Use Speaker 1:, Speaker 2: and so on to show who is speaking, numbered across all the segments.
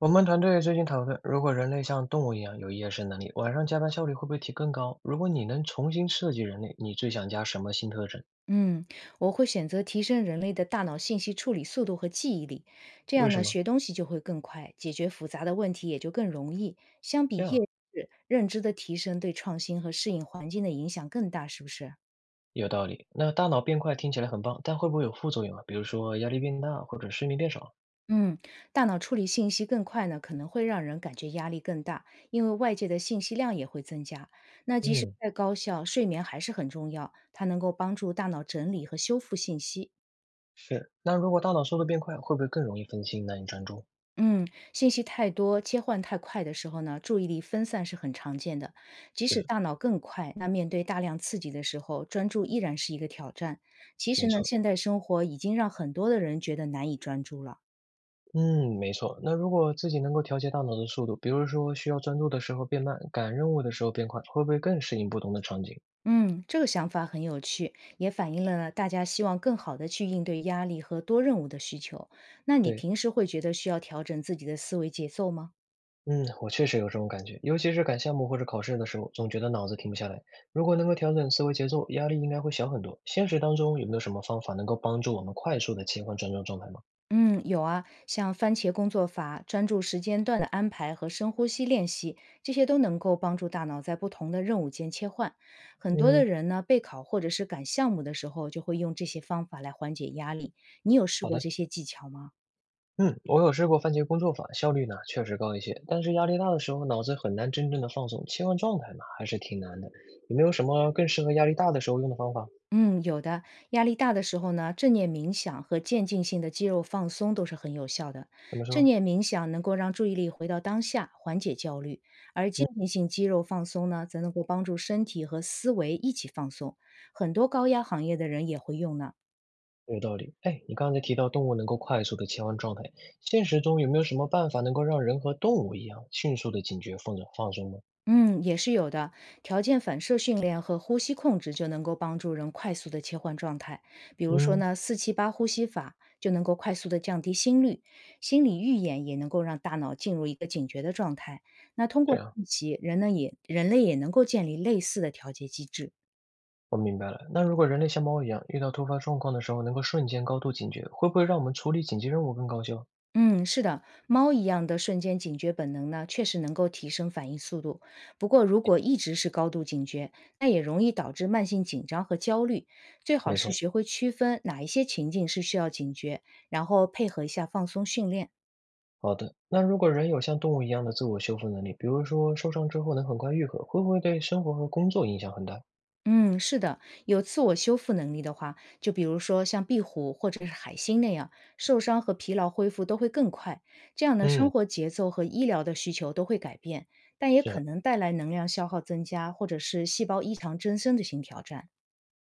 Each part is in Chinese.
Speaker 1: 我们团队最近讨论，如果人类像动物一样有夜视能力，晚上加班效率会不会提更高？如果你能重新设计人类，你最想加什么新特征？
Speaker 2: 嗯，我会选择提升人类的大脑信息处理速度和记忆力，这
Speaker 1: 为
Speaker 2: 样
Speaker 1: 什
Speaker 2: 呢，
Speaker 1: 么？
Speaker 2: 学东西就会更快，解决复杂的问题也就更容易。相比
Speaker 1: 这
Speaker 2: 夜
Speaker 1: 样
Speaker 2: 市，认知的提升对创新和适应环境的影响更大，是不是？
Speaker 1: 有道理。那大脑变快听起来很棒，但会不会有副作用啊？比如说压力变大或者睡眠变少？
Speaker 2: 嗯，大脑处理信息更快呢，可能会让人感觉压力更大，因为外界的信息量也会增加。那即使
Speaker 1: 嗯，
Speaker 2: 再高效，睡眠还是很重要，它能够帮助大脑整理和修复信息。
Speaker 1: 是。那如果大脑速度变快，会不会更容易分心、难以专注？
Speaker 2: 嗯，信息太多、切换太快的时候呢，注意力分散是很常见的。即使
Speaker 1: 是，
Speaker 2: 大脑更快，那面对大量刺激的时候，专注依然是一个挑战。其实
Speaker 1: 没
Speaker 2: 呢，
Speaker 1: 错。
Speaker 2: 现代生活已经让很多的人觉得难以专注了。
Speaker 1: 嗯，没错。那如果自己能够调节大脑的速度，比如说需要专注的时候变慢，赶任务的时候变快，会不会更适应不同的场景？
Speaker 2: 嗯，这个想法很有趣，也反映了呢大家希望更好的去应对压力和多任务的需求。那你
Speaker 1: 对，
Speaker 2: 平时会觉得需要调整自己的思维节奏吗？
Speaker 1: 嗯，我确实有这种感觉，尤其是赶项目或者考试的时候，总觉得脑子停不下来。如果能够调整思维节奏，压力应该会小很多。现实当中有没有什么方法能够帮助我们快速的切换专注状态吗？
Speaker 2: 嗯，有啊，像番茄工作法、专注时间段的安排和深呼吸练习，这些都能够帮助大脑在不同的任务间切换。很多的
Speaker 1: 嗯，
Speaker 2: 人呢，备考或者是赶项目的时候，就会用这些方法来缓解压力。你有试
Speaker 1: 好
Speaker 2: 过
Speaker 1: 的，
Speaker 2: 这些技巧吗？
Speaker 1: 嗯，我有试过番茄工作法，效率呢确实高一些，但是压力大的时候，脑子很难真正的放松，切换状态嘛，还是挺难的。有没有什么更适合压力大的时候用的方法？
Speaker 2: 嗯，有的。压力大的时候呢，正念冥想和渐进性的肌肉放松都是很有效的。
Speaker 1: 怎么
Speaker 2: 正
Speaker 1: 说？
Speaker 2: 念冥想能够让注意力回到当下，缓解焦虑；而渐进性肌肉放松呢，则能够帮助身体和思维一起放松。很多高压行业的人也会用呢。
Speaker 1: 有道理。哎，你刚才提到动物能够快速的切换状态，现实中有没有什么办法能够让人和动物一样迅速的警觉放松吗？
Speaker 2: 嗯，也是有的。条件反射训练和呼吸控制就能够帮助人快速的切换状态。比如说
Speaker 1: 嗯，
Speaker 2: 呢，4-7-8呼吸法就能够快速的降低心率，心理预演也能够让大脑进入一个警觉的状态。那通
Speaker 1: 这
Speaker 2: 过
Speaker 1: 样，
Speaker 2: 练习，人类也能够建立类似的调节机制。
Speaker 1: 我明白了。那如果人类像猫一样，遇到突发状况的时候能够瞬间高度警觉，会不会让我们处理紧急任务更高效？
Speaker 2: 嗯，是的，猫一样的瞬间警觉本能呢，确实能够提升反应速度。不过，如果一直是高度警觉，那也容易导致慢性紧张和焦虑。最好
Speaker 1: 没
Speaker 2: 是
Speaker 1: 错。
Speaker 2: 学会区分哪一些情境是需要警觉，然后配合一下放松训练。
Speaker 1: 好的，那如果人有像动物一样的自我修复能力，比如说受伤之后能很快愈合，会不会对生活和工作影响很大？
Speaker 2: 嗯，是的，有自我修复能力的话，就比如说像壁虎或者是海星那样，受伤和疲劳恢复都会更快。这样的生
Speaker 1: 嗯，
Speaker 2: 活节奏和医疗的需求都会改变，但也可
Speaker 1: 是，
Speaker 2: 能带来能量消耗增加，或者是细胞异常增生的新挑战。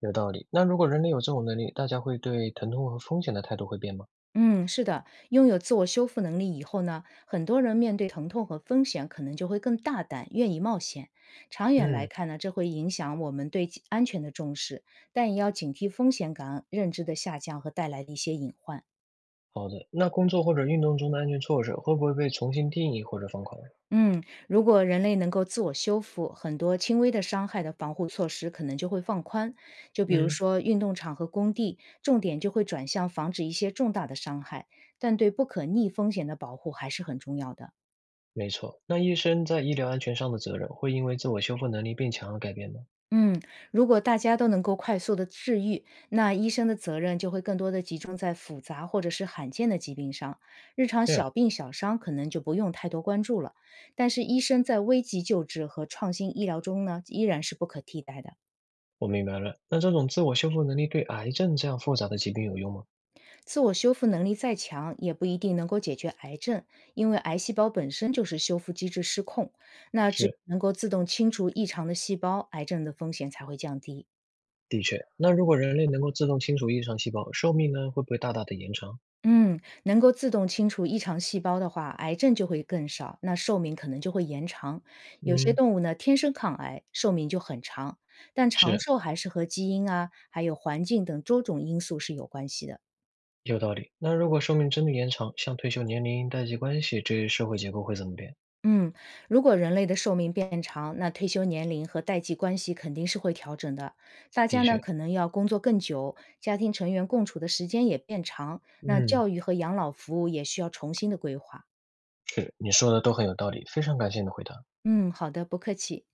Speaker 1: 有道理。那如果人类有这种能力，大家会对疼痛和风险的态度会变吗？
Speaker 2: 嗯，是的，拥有自我修复能力以后呢，很多人面对疼痛和风险，可能就会更大胆，愿意冒险。长远来
Speaker 1: 嗯。
Speaker 2: 看呢，这会影响我们对其安全的重视，但也要警惕风险感、认知的下降和带来的一些隐患。
Speaker 1: 好的，那工作或者运动中的安全措施会不会被重新定义或者放宽？
Speaker 2: 嗯，如果人类能够自我修复，很多轻微的伤害的防护措施可能就会放宽，就比如
Speaker 1: 嗯，
Speaker 2: 说运动场和工地，重点就会转向防止一些重大的伤害，但对不可逆风险的保护还是很重要的。
Speaker 1: 没错，那医生在医疗安全上的责任会因为自我修复能力变强而改变吗？
Speaker 2: 嗯，如果大家都能够快速的治愈，那医生的责任就会更多的集中在复杂或者是罕见的疾病上，日常
Speaker 1: 这样
Speaker 2: 小病小伤可能就不用太多关注了。但是医生在危急救治和创新医疗中呢，依然是不可替代的。
Speaker 1: 我明白了，那这种自我修复能力对癌症这样复杂的疾病有用吗？
Speaker 2: 自我修复能力再强，也不一定能够解决癌症，因为癌细胞本身就是修复机制失控。那只
Speaker 1: 是，
Speaker 2: 能够自动清除异常的细胞，癌症的风险才会降低。
Speaker 1: 的确，那如果人类能够自动清除异常细胞，寿命呢会不会大大的延长？
Speaker 2: 嗯，能够自动清除异常细胞的话，癌症就会更少，那寿命可能就会延长。有些
Speaker 1: 嗯，
Speaker 2: 动物呢，天生抗癌，寿命就很长，但长
Speaker 1: 是，
Speaker 2: 寿还是和基因啊，还有环境等多种因素是有关系的。
Speaker 1: 有道理。那如果寿命真的延长，像退休年龄、代际关系这些社会结构会怎么变？
Speaker 2: 嗯，如果人类的寿命变长，那退休年龄和代际关系肯定是会调整的。大家
Speaker 1: 的
Speaker 2: 呢，
Speaker 1: 确，
Speaker 2: 可能要工作更久，家庭成员共处的时间也变长，那
Speaker 1: 嗯。
Speaker 2: 教育和养老服务也需要重新的规划。
Speaker 1: 是，你说的都很有道理，非常感谢你的回答。
Speaker 2: 嗯，好的，不客气。